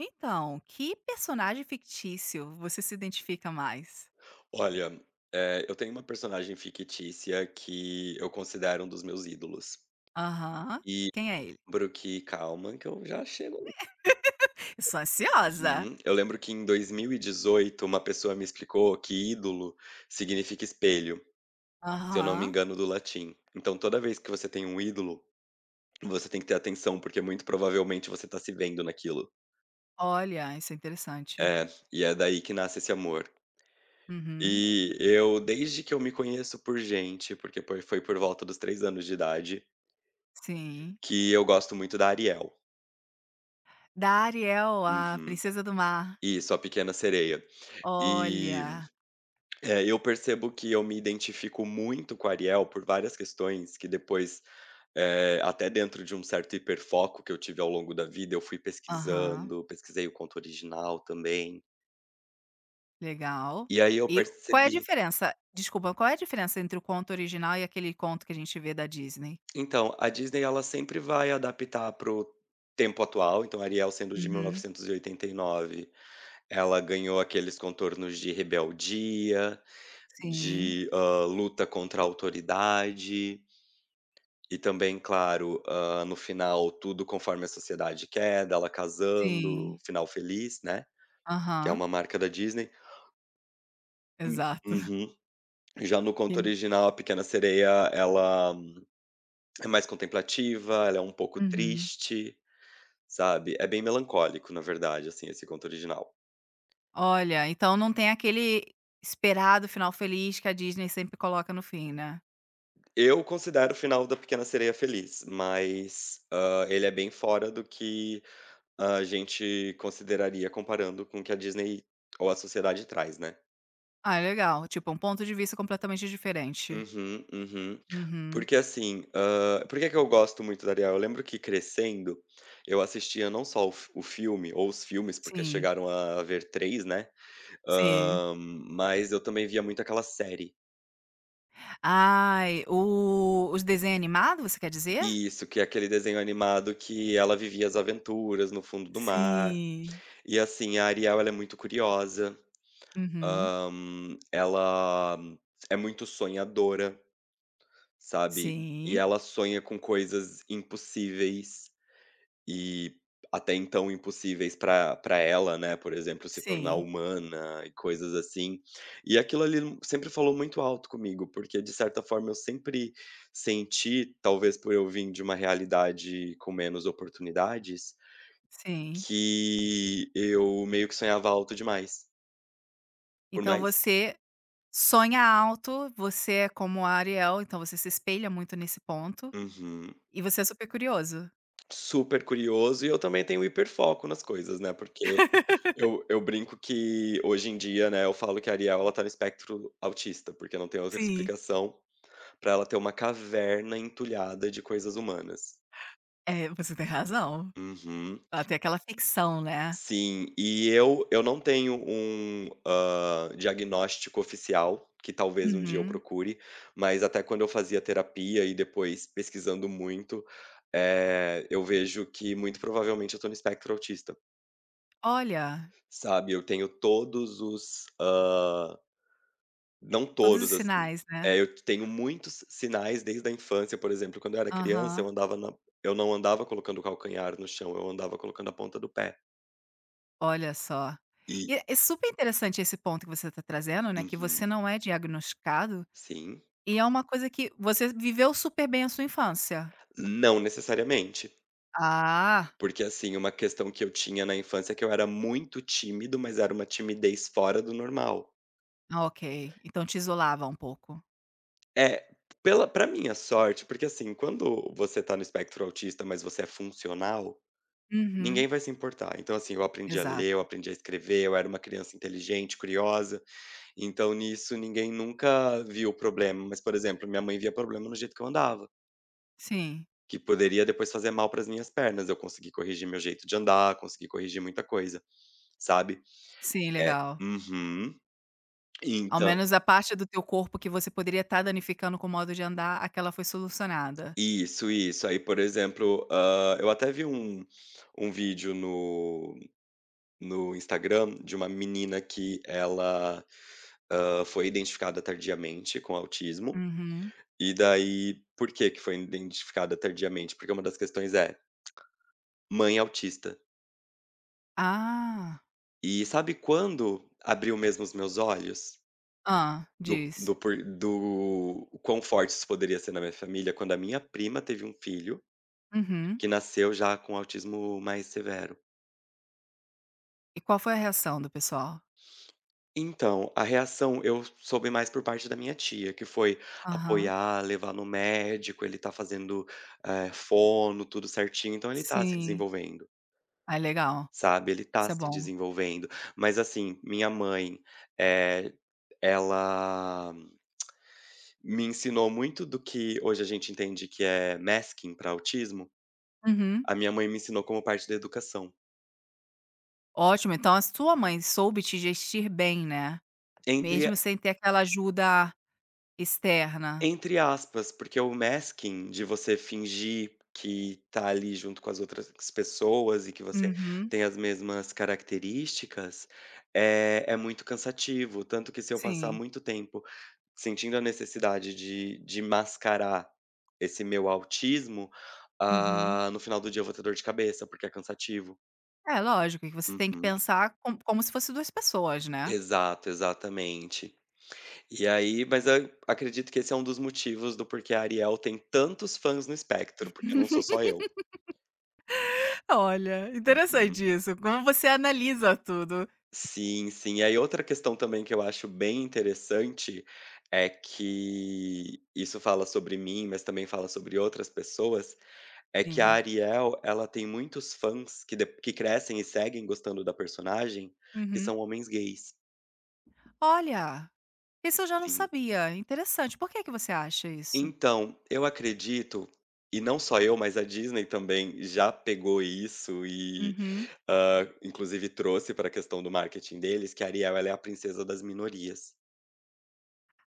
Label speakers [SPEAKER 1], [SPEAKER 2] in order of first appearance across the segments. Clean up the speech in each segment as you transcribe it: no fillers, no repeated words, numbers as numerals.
[SPEAKER 1] Então, que personagem fictício você se identifica mais?
[SPEAKER 2] Olha, eu tenho uma personagem fictícia que eu considero um dos meus ídolos.
[SPEAKER 1] Aham.
[SPEAKER 2] E
[SPEAKER 1] Quem é ele?
[SPEAKER 2] lembro que calma, que eu já chego.
[SPEAKER 1] Eu sou ansiosa.
[SPEAKER 2] Uhum. Eu lembro que em 2018 uma pessoa me explicou que ídolo significa espelho, se eu não me
[SPEAKER 1] Aham.
[SPEAKER 2] engano do latim. Então toda vez que você tem um ídolo, você tem que ter atenção, porque muito provavelmente você tá se vendo naquilo.
[SPEAKER 1] Olha, isso é interessante.
[SPEAKER 2] É, e é daí que nasce esse amor.
[SPEAKER 1] Uhum.
[SPEAKER 2] E eu, desde que eu me conheço por gente, porque foi por volta dos 3 anos de idade,
[SPEAKER 1] Sim.
[SPEAKER 2] que eu gosto muito da Ariel.
[SPEAKER 1] Da Ariel, a
[SPEAKER 2] Uhum. Uhum.
[SPEAKER 1] princesa do mar.
[SPEAKER 2] Isso, A Pequena Sereia. E,
[SPEAKER 1] Olha.
[SPEAKER 2] eu percebo que eu me identifico muito com a Ariel por várias questões que depois, até dentro de um certo hiperfoco que eu tive ao longo da vida, eu fui
[SPEAKER 1] Aham.
[SPEAKER 2] pesquisando, pesquisei o conto original também.
[SPEAKER 1] Legal.
[SPEAKER 2] E aí eu
[SPEAKER 1] E qual é a
[SPEAKER 2] percebi
[SPEAKER 1] diferença desculpa, qual é a diferença entre o conto original e aquele conto que a gente vê da Disney?
[SPEAKER 2] então, a Disney ela sempre vai adaptar para o tempo atual, então Ariel sendo de mil
[SPEAKER 1] Uhum.
[SPEAKER 2] novecentos e oitenta e nove, ela ganhou aqueles contornos de rebeldia,
[SPEAKER 1] Sim,
[SPEAKER 2] de, luta contra a autoridade e também, claro, no final tudo conforme a sociedade quer, dela casando,
[SPEAKER 1] sim.
[SPEAKER 2] final feliz, né, que é
[SPEAKER 1] Aham.
[SPEAKER 2] uma marca da Disney.
[SPEAKER 1] Exato.
[SPEAKER 2] Uhum. Já no conto
[SPEAKER 1] E
[SPEAKER 2] original, a Pequena Sereia, ela é mais contemplativa, ela é um pouco
[SPEAKER 1] uhum.
[SPEAKER 2] triste, sabe. É bem melancólico, na verdade, assim, esse conto original.
[SPEAKER 1] Olha, então não tem aquele esperado final feliz que a Disney sempre coloca no fim, né.
[SPEAKER 2] Eu considero o final da Pequena Sereia feliz, mas, ele é bem fora do que a gente consideraria comparando com o que a Disney ou a sociedade traz, né.
[SPEAKER 1] Ah, é legal, tipo, um ponto de vista completamente diferente.
[SPEAKER 2] Uhum, uhum.
[SPEAKER 1] Uhum.
[SPEAKER 2] Porque assim, por que que eu gosto muito da Ariel? Eu lembro que crescendo, eu assistia não só o filme ou os filmes, porque
[SPEAKER 1] Sim,
[SPEAKER 2] chegaram a ver 3, né,
[SPEAKER 1] sim.
[SPEAKER 2] mas eu também via muito aquela série.
[SPEAKER 1] Ai, o os desenhos animados? Você quer dizer?
[SPEAKER 2] Isso, que é aquele desenho animado que ela vivia as aventuras no fundo do mar.
[SPEAKER 1] Sim.
[SPEAKER 2] E assim, a Ariel ela é muito curiosa,
[SPEAKER 1] Uhum.
[SPEAKER 2] hã, ela é muito sonhadora. Sabe, e
[SPEAKER 1] Sim,
[SPEAKER 2] ela sonha com coisas impossíveis e até então impossíveis pra ela, né, por exemplo, se tornar
[SPEAKER 1] sim,
[SPEAKER 2] humana e coisas assim. E aquilo ali sempre falou muito alto comigo, porque de certa forma eu sempre senti, talvez por eu vir de uma realidade com menos oportunidades,
[SPEAKER 1] sim.
[SPEAKER 2] que eu meio que sonhava alto demais, por
[SPEAKER 1] Então
[SPEAKER 2] mais
[SPEAKER 1] você sonha alto, você é como a Ariel, então você se espelha muito nesse ponto,
[SPEAKER 2] uhum.
[SPEAKER 1] e você é super curioso.
[SPEAKER 2] Super curioso e eu também tenho hiperfoco nas coisas, né, porque eu brinco que hoje em dia, né, eu falo que a Ariel, ela tá no espectro autista, porque não tem outra
[SPEAKER 1] Sim.
[SPEAKER 2] explicação pra ela ter uma caverna entulhada de coisas humanas.
[SPEAKER 1] É, você tem razão.
[SPEAKER 2] Uhum.
[SPEAKER 1] Ela tem aquela ficção, né.
[SPEAKER 2] Sim, e eu não tenho um, diagnóstico oficial, que talvez um dia eu
[SPEAKER 1] Uhum.
[SPEAKER 2] procure, mas até quando eu fazia terapia e depois pesquisando muito, eu vejo que muito provavelmente eu tô no espectro autista,
[SPEAKER 1] Olha,
[SPEAKER 2] sabe. Eu tenho todos os, ah, não
[SPEAKER 1] todos os
[SPEAKER 2] todos, assim.
[SPEAKER 1] sinais, né.
[SPEAKER 2] É, eu tenho muitos sinais desde a infância, por exemplo, quando eu era criança,
[SPEAKER 1] Aham.
[SPEAKER 2] eu não andava colocando o calcanhar no chão, eu andava colocando a ponta do pé.
[SPEAKER 1] Olha só.
[SPEAKER 2] E
[SPEAKER 1] E é super interessante esse ponto que você está trazendo, né, que
[SPEAKER 2] uhum,
[SPEAKER 1] você não é diagnosticado,
[SPEAKER 2] sim.
[SPEAKER 1] e é uma coisa que você viveu super bem a sua infância.
[SPEAKER 2] Não necessariamente,
[SPEAKER 1] Ah,
[SPEAKER 2] porque, assim, uma questão que eu tinha na infância é que eu era muito tímido, mas era uma timidez fora do normal.
[SPEAKER 1] ok. Então te isolava um pouco.
[SPEAKER 2] É, pela pra minha sorte, porque, assim, quando você tá no espectro autista, mas você é funcional,
[SPEAKER 1] Uhum.
[SPEAKER 2] ninguém vai se importar. Então, assim, eu aprendi a ler, eu
[SPEAKER 1] Exato.
[SPEAKER 2] aprendi a escrever, eu era uma criança inteligente, curiosa. Então, nisso, ninguém nunca viu o problema. Mas, por exemplo, minha mãe via problema no jeito que eu andava,
[SPEAKER 1] Sim.
[SPEAKER 2] que poderia depois fazer mal para as minhas pernas. Eu consegui corrigir meu jeito de andar, consegui corrigir muita coisa, sabe?
[SPEAKER 1] Sim,
[SPEAKER 2] É.
[SPEAKER 1] legal.
[SPEAKER 2] Uhum.
[SPEAKER 1] Ao
[SPEAKER 2] Então.
[SPEAKER 1] menos a parte do teu corpo que você poderia estar danificando com o modo de andar, aquela foi solucionada.
[SPEAKER 2] Isso, isso. Aí, por exemplo, ah, eu até vi um, um vídeo no Instagram de uma menina que ela foi identificada tardiamente com autismo,
[SPEAKER 1] Uhum.
[SPEAKER 2] e daí por que que foi identificada tardiamente? Porque uma das questões é: mãe autista.
[SPEAKER 1] Ah.
[SPEAKER 2] E sabe quando abriu mesmo os meus olhos?
[SPEAKER 1] Ah,
[SPEAKER 2] Do
[SPEAKER 1] diz.
[SPEAKER 2] do por do o quão forte isso poderia ser na minha família, quando a minha prima teve um filho
[SPEAKER 1] Uhum.
[SPEAKER 2] que nasceu já com autismo mais severo.
[SPEAKER 1] E qual foi a reação do pessoal?
[SPEAKER 2] Então, a reação eu soube mais por parte da minha tia, que foi
[SPEAKER 1] Aham.
[SPEAKER 2] apoiar, levar no médico, ele tá fazendo, fono, tudo certinho, então ele tá se
[SPEAKER 1] Sim.
[SPEAKER 2] desenvolvendo,
[SPEAKER 1] Ai, legal.
[SPEAKER 2] sabe, ele tá
[SPEAKER 1] Isso é
[SPEAKER 2] se
[SPEAKER 1] bom.
[SPEAKER 2] desenvolvendo. Mas assim, minha mãe, eh, ela me ensinou muito do que hoje a gente entende que é masking para autismo,
[SPEAKER 1] Uhum.
[SPEAKER 2] a minha mãe me ensinou como parte da educação.
[SPEAKER 1] Ótimo, então a sua mãe soube te gestir bem, né, mesmo
[SPEAKER 2] Entre
[SPEAKER 1] sem ter aquela ajuda externa.
[SPEAKER 2] Entre aspas, porque o masking de você fingir que tá ali junto com as outras pessoas e que você
[SPEAKER 1] Uhum.
[SPEAKER 2] tem as mesmas características, é muito cansativo. Tanto que se eu passar
[SPEAKER 1] Sim.
[SPEAKER 2] muito tempo sentindo a necessidade de mascarar esse meu autismo,
[SPEAKER 1] Uhum.
[SPEAKER 2] no final do dia eu vou ter dor de cabeça, porque é cansativo.
[SPEAKER 1] É, lógico que você tem que
[SPEAKER 2] Uhum.
[SPEAKER 1] pensar como se fosse 2 pessoas, né.
[SPEAKER 2] Exato, exatamente. E aí mas eu acredito que esse é um dos motivos do porquê a Ariel tem tantos fãs no espectro, porque não sou só eu.
[SPEAKER 1] Olha,
[SPEAKER 2] Uhum.
[SPEAKER 1] interessante isso, como você analisa tudo.
[SPEAKER 2] Sim, sim. E aí outra questão também que eu acho bem interessante, é que isso fala sobre mim, mas também fala sobre outras pessoas, é que a
[SPEAKER 1] Sim.
[SPEAKER 2] Ariel, ela tem muitos fãs que de que crescem e seguem gostando da personagem, que são
[SPEAKER 1] Uhum.
[SPEAKER 2] homens gays.
[SPEAKER 1] Olha, isso eu já não
[SPEAKER 2] Sim.
[SPEAKER 1] sabia, interessante. Por que que você acha isso?
[SPEAKER 2] Então, eu acredito, e não só eu, mas a Disney também já pegou isso e,
[SPEAKER 1] Uhum.
[SPEAKER 2] inclusive trouxe para a questão do marketing deles, que a Ariel ela é a princesa das minorias.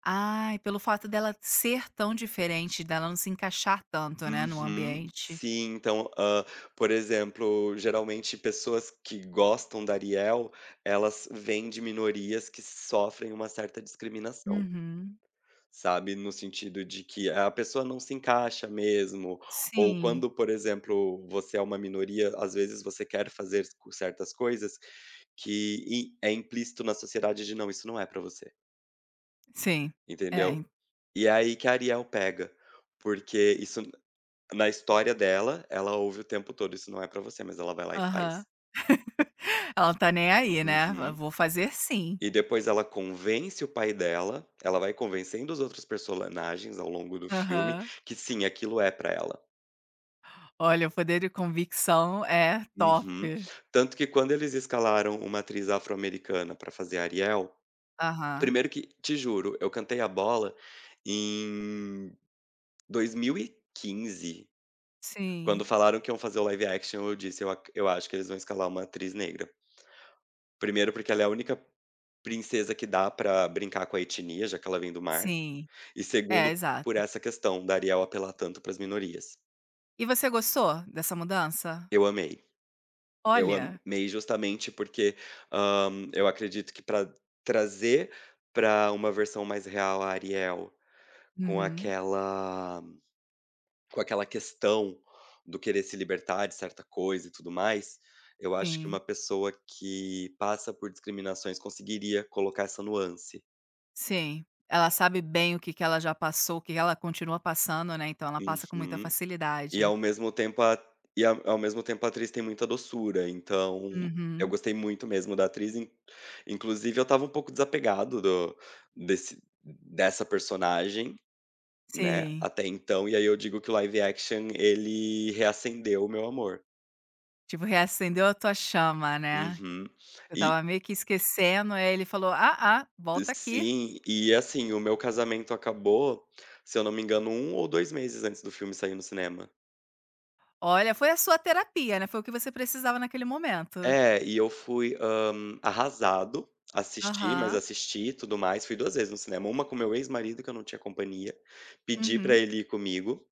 [SPEAKER 1] Ai pelo fato dela ser tão diferente, dela não se encaixar tanto, né, no
[SPEAKER 2] Uhum.
[SPEAKER 1] ambiente.
[SPEAKER 2] Sim, então, por exemplo, geralmente pessoas que gostam da Ariel, elas vêm de minorias que sofrem uma certa discriminação.
[SPEAKER 1] Uhum.
[SPEAKER 2] Sabe, no sentido de que a pessoa não se encaixa mesmo, ou
[SPEAKER 1] Sim,
[SPEAKER 2] quando, por exemplo, você é uma minoria, às vezes você quer fazer co certas coisas que i é implícito na sociedade de "não, isso não é pra você",
[SPEAKER 1] sim. É,
[SPEAKER 2] entendeu?
[SPEAKER 1] en
[SPEAKER 2] E é aí que a Ariel pega, porque isso n na história dela, ela ouve o tempo todo: "Isso não é pra você", mas ela vai lá e
[SPEAKER 1] aham.
[SPEAKER 2] faz.
[SPEAKER 1] Ela não tá nem aí, né, "Va
[SPEAKER 2] Uhum.
[SPEAKER 1] vou fazer sim".
[SPEAKER 2] E depois ela convence o pai dela, ela vai convencendo os outros personagens ao longo do filme
[SPEAKER 1] Aham.
[SPEAKER 2] que sim, aquilo é pra ela.
[SPEAKER 1] Olha, o poder de convicção é
[SPEAKER 2] Uhum.
[SPEAKER 1] top.
[SPEAKER 2] Tanto que quando eles escalaram uma atriz afro-americana pra fazer Ariel,
[SPEAKER 1] Aham.
[SPEAKER 2] primeiro que te juro, eu cantei a bola em 2015, quando
[SPEAKER 1] Sim,
[SPEAKER 2] falaram que iam fazer o live action, eu disse: Eu acho que eles vão escalar uma atriz negra". Primeiro, porque ela é a única princesa que dá pra brincar com a etnia, já que ela vem do mar,
[SPEAKER 1] sim.
[SPEAKER 2] e
[SPEAKER 1] É,
[SPEAKER 2] segundo, por
[SPEAKER 1] exato.
[SPEAKER 2] essa questão da Ariel apelar tanto para as minorias.
[SPEAKER 1] E você gostou dessa mudança?
[SPEAKER 2] Eu amei. Eu
[SPEAKER 1] Olha.
[SPEAKER 2] amei justamente porque, eu acredito que para trazer para uma versão mais real a Ariel, com
[SPEAKER 1] Uhum.
[SPEAKER 2] aquela com aquela questão do querer se libertar de certa coisa e tudo mais, eu acho que uma
[SPEAKER 1] Sim.
[SPEAKER 2] pessoa que passa por discriminações conseguiria colocar essa nuance.
[SPEAKER 1] Sim, ela sabe bem o que que ela já passou, o que ela continua passando, né, então ela passa com muita
[SPEAKER 2] Uhum. E
[SPEAKER 1] facilidade.
[SPEAKER 2] ao mesmo tempo a e ao ao mesmo tempo a atriz tem muita doçura, então eu
[SPEAKER 1] Uhum,
[SPEAKER 2] gostei muito mesmo da atriz, in inclusive eu estava um pouco desapegado do desse dessa personagem, né,
[SPEAKER 1] sim.
[SPEAKER 2] até então, e aí eu digo que o live action ele reacendeu o meu amor.
[SPEAKER 1] Tipo, reacendeu a tua chama, né.
[SPEAKER 2] Uhum.
[SPEAKER 1] Eu
[SPEAKER 2] E
[SPEAKER 1] tava meio que esquecendo, aí ele falou: "Ah, ah, volta aqui".
[SPEAKER 2] sim, e assim, o meu casamento acabou, se eu não me engano, um ou 2 meses antes do filme sair no cinema.
[SPEAKER 1] Olha, foi a sua terapia, né, foi o que você precisava naquele momento.
[SPEAKER 2] É, e eu fui, arrasado,
[SPEAKER 1] Aham,
[SPEAKER 2] assisti e tudo mais, fui 2 vezes no cinema, uma com meu ex-marido que eu não tinha companhia, pedi pra
[SPEAKER 1] uhum.
[SPEAKER 2] ele ir comigo,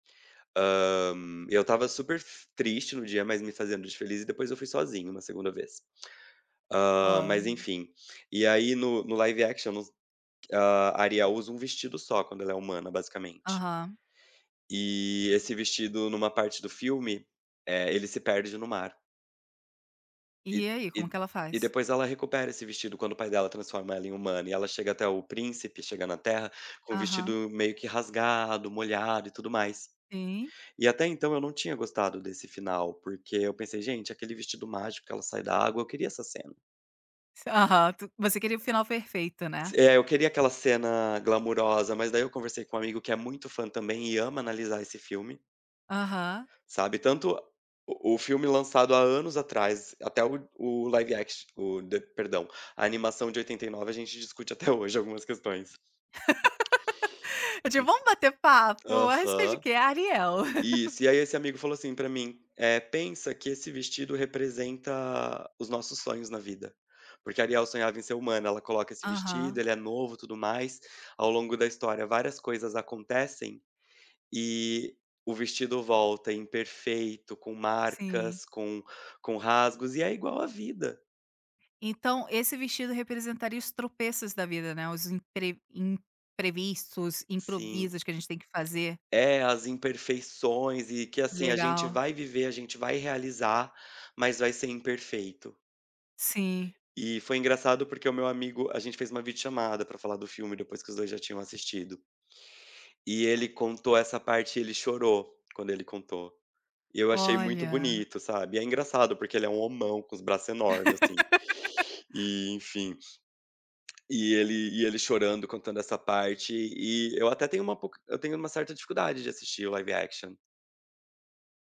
[SPEAKER 2] hã, eu estava super f triste no dia, mas me fazendo de feliz e depois eu fui sozinho uma segunda vez. Mas
[SPEAKER 1] Olha,
[SPEAKER 2] enfim, e aí no live action nos a Ariel usa um vestido só quando ela é humana basicamente,
[SPEAKER 1] aham.
[SPEAKER 2] e esse vestido numa parte do filme, ele se perde no mar. E
[SPEAKER 1] E aí, como
[SPEAKER 2] e
[SPEAKER 1] que ela
[SPEAKER 2] e
[SPEAKER 1] faz?
[SPEAKER 2] depois ela recupera esse vestido quando o pai dela transforma ela em humana, e ela chega até o príncipe, chega na Terra, com o
[SPEAKER 1] Aham,
[SPEAKER 2] vestido meio que rasgado, molhado e tudo mais.
[SPEAKER 1] sim.
[SPEAKER 2] E até então eu não tinha gostado desse final, porque eu pensei: "Gente, aquele vestido mágico que ela sai da água, eu queria essa cena".
[SPEAKER 1] Aham, tu você queria o final perfeito, né.
[SPEAKER 2] É, eu queria aquela cena glamurosa, mas daí eu conversei com um amigo que é muito fã também e ama analisar esse filme.
[SPEAKER 1] Aham.
[SPEAKER 2] Sabe, tanto o filme lançado há anos atrás, até o live action o d perdão, a animação de 89 a gente discute até hoje algumas questões.
[SPEAKER 1] Eu digo: "Vamos bater papo a respeito de
[SPEAKER 2] Aham.
[SPEAKER 1] quê? Ariel".
[SPEAKER 2] Isso, e aí esse amigo falou assim pra mim: é pensa que esse vestido representa os nossos sonhos na vida, porque a Ariel sonhava em ser humana, ela coloca esse vestido,
[SPEAKER 1] Aham,
[SPEAKER 2] ele é novo, tudo mais, ao longo da história várias coisas acontecem, e o vestido volta imperfeito, com
[SPEAKER 1] sim.
[SPEAKER 2] marcas, com rasgos, e é igual à vida.
[SPEAKER 1] Então, esse vestido representaria os tropeços da vida, né, os impre imprevistos,
[SPEAKER 2] Sim.
[SPEAKER 1] improvisos que a gente tem que fazer.
[SPEAKER 2] É, as imperfeições e que, assim, a gente
[SPEAKER 1] Legal.
[SPEAKER 2] vai viver, a gente vai realizar, mas vai ser imperfeito.
[SPEAKER 1] Sim.
[SPEAKER 2] E foi engraçado porque o meu amigo a gente fez uma videochamada pra falar do filme depois que os 2 já tinham assistido. E ele contou essa parte e ele chorou quando ele contou. E eu achei muito
[SPEAKER 1] Olha.
[SPEAKER 2] bonito, sabe. E É engraçado porque ele é um homão com os braços enormes, assim. E, enfim. Ele chorando contando essa parte, e eu até tenho uma pouca eu tenho uma certa dificuldade de assistir o live action,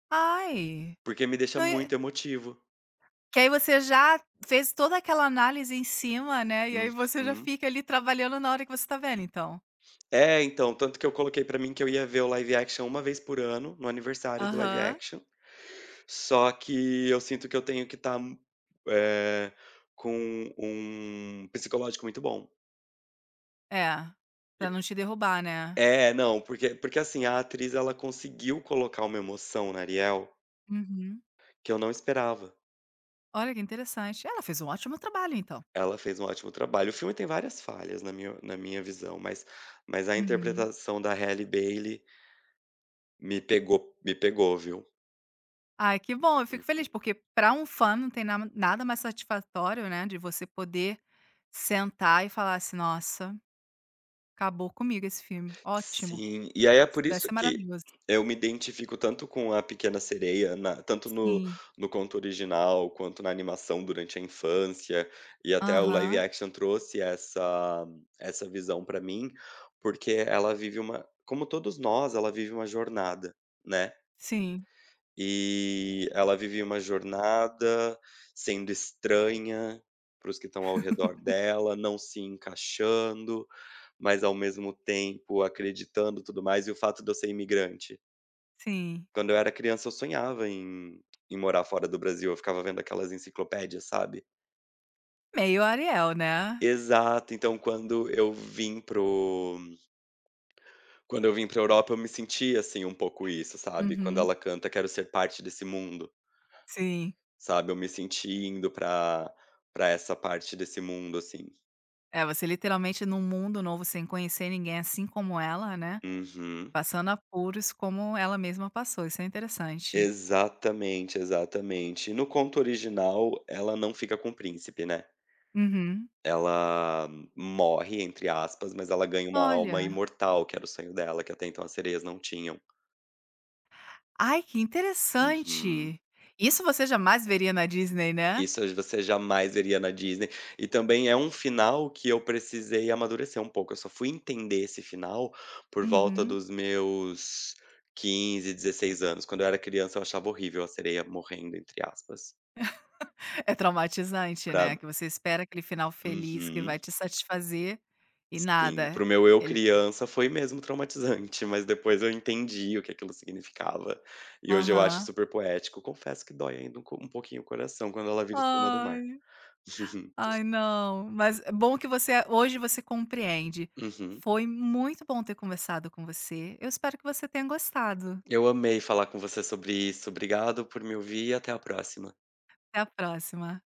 [SPEAKER 1] Ai,
[SPEAKER 2] porque me deixa
[SPEAKER 1] não e
[SPEAKER 2] muito emotivo.
[SPEAKER 1] que aí você já fez toda aquela análise em cima, né, e aí você já
[SPEAKER 2] Uhum.
[SPEAKER 1] fica ali trabalhando na hora que você tá vendo, então.
[SPEAKER 2] É, então, tanto que eu coloquei pra mim que eu ia ver o live action uma vez por ano, no aniversário do live
[SPEAKER 1] Aham.
[SPEAKER 2] action, só que eu sinto que eu tenho que estar, eh, com um psicológico muito bom.
[SPEAKER 1] É, pra
[SPEAKER 2] Por
[SPEAKER 1] não te derrubar, né.
[SPEAKER 2] É, não, porque assim, a atriz ela conseguiu colocar uma emoção na Ariel
[SPEAKER 1] Uhum.
[SPEAKER 2] que eu não esperava.
[SPEAKER 1] Olha, que interessante. Ela fez um ótimo trabalho, então.
[SPEAKER 2] Ela fez um ótimo trabalho. O filme tem várias falhas na minha visão, mas a
[SPEAKER 1] Uhum.
[SPEAKER 2] interpretação da Halle Bailey me pegou, me pegou, viu.
[SPEAKER 1] Ai, que bom, eu fico feliz,
[SPEAKER 2] Uhum.
[SPEAKER 1] porque para um fã não tem na nada mais satisfatório, né, de você poder sentar e falar assim: "Nossa, acabou comigo esse filme, ótimo,
[SPEAKER 2] Sim, e aí é
[SPEAKER 1] isso
[SPEAKER 2] por
[SPEAKER 1] deve
[SPEAKER 2] isso
[SPEAKER 1] ser
[SPEAKER 2] que
[SPEAKER 1] maravilhoso".
[SPEAKER 2] eu me identifico tanto com A Pequena Sereia, na tanto
[SPEAKER 1] Sim.
[SPEAKER 2] no conto original, quanto na animação durante a infância, e até o live
[SPEAKER 1] Aham.
[SPEAKER 2] action trouxe essa visão pra mim, porque ela vive uma como todos nós, ela vive uma jornada, né.
[SPEAKER 1] Sim,
[SPEAKER 2] E ela vive uma jornada sendo estranha para os que estão ao redor dela, não se encaixando, mas ao mesmo tempo acreditando, tudo mais, e o fato de eu ser imigrante.
[SPEAKER 1] sim.
[SPEAKER 2] Quando eu era criança, eu sonhava em morar fora do Brasil, eu ficava vendo aquelas enciclopédias, sabe.
[SPEAKER 1] Meio Ariel, né.
[SPEAKER 2] Exato, então quando eu vim para Europa, eu me senti, assim, um pouco isso, sabe. Quando
[SPEAKER 1] Uhum.
[SPEAKER 2] ela canta: "Quero ser parte desse mundo".
[SPEAKER 1] Sim.
[SPEAKER 2] Sabe, eu me senti indo pra essa parte desse mundo, assim.
[SPEAKER 1] É, você literalmente num mundo novo sem conhecer ninguém, assim como ela, né,
[SPEAKER 2] Uhum.
[SPEAKER 1] passando apuros como ela mesma passou, isso é interessante.
[SPEAKER 2] Exatamente, exatamente. E no conto original, ela não fica com o príncipe, né.
[SPEAKER 1] Uhum.
[SPEAKER 2] Ela "morre", entre aspas, mas ela ganha uma alma
[SPEAKER 1] Olha.
[SPEAKER 2] imortal, que era o sonho dela, que até então as sereias não tinham.
[SPEAKER 1] Ai, que
[SPEAKER 2] Uhum.
[SPEAKER 1] interessante. Isso você jamais veria na Disney, né?
[SPEAKER 2] Isso você jamais veria na Disney. E também é um final que eu precisei amadurecer um pouco. Eu só fui entender esse final por volta
[SPEAKER 1] Uhum.
[SPEAKER 2] dos meus 15, 16 anos. Quando eu era criança, eu achava horrível a sereia morrendo, entre aspas.
[SPEAKER 1] É traumatizante,
[SPEAKER 2] Pra
[SPEAKER 1] né, que você espera aquele final feliz que
[SPEAKER 2] Uhum,
[SPEAKER 1] vai te satisfazer e
[SPEAKER 2] sim.
[SPEAKER 1] nada.
[SPEAKER 2] Para o meu eu
[SPEAKER 1] Ele
[SPEAKER 2] criança foi mesmo traumatizante, mas depois eu entendi o que aquilo significava. E hoje eu acho
[SPEAKER 1] aham.
[SPEAKER 2] super poético. Confesso que dói ainda um co um pouquinho o coração quando ela vira espuma do mar.
[SPEAKER 1] Ai, ai não, mas é bom que você hoje você compreende.
[SPEAKER 2] Uhum.
[SPEAKER 1] Foi muito bom ter conversado com você, eu espero que você tenha gostado.
[SPEAKER 2] Eu amei falar com você sobre isso. Obrigado por me ouvir e até a próxima.
[SPEAKER 1] Até a próxima.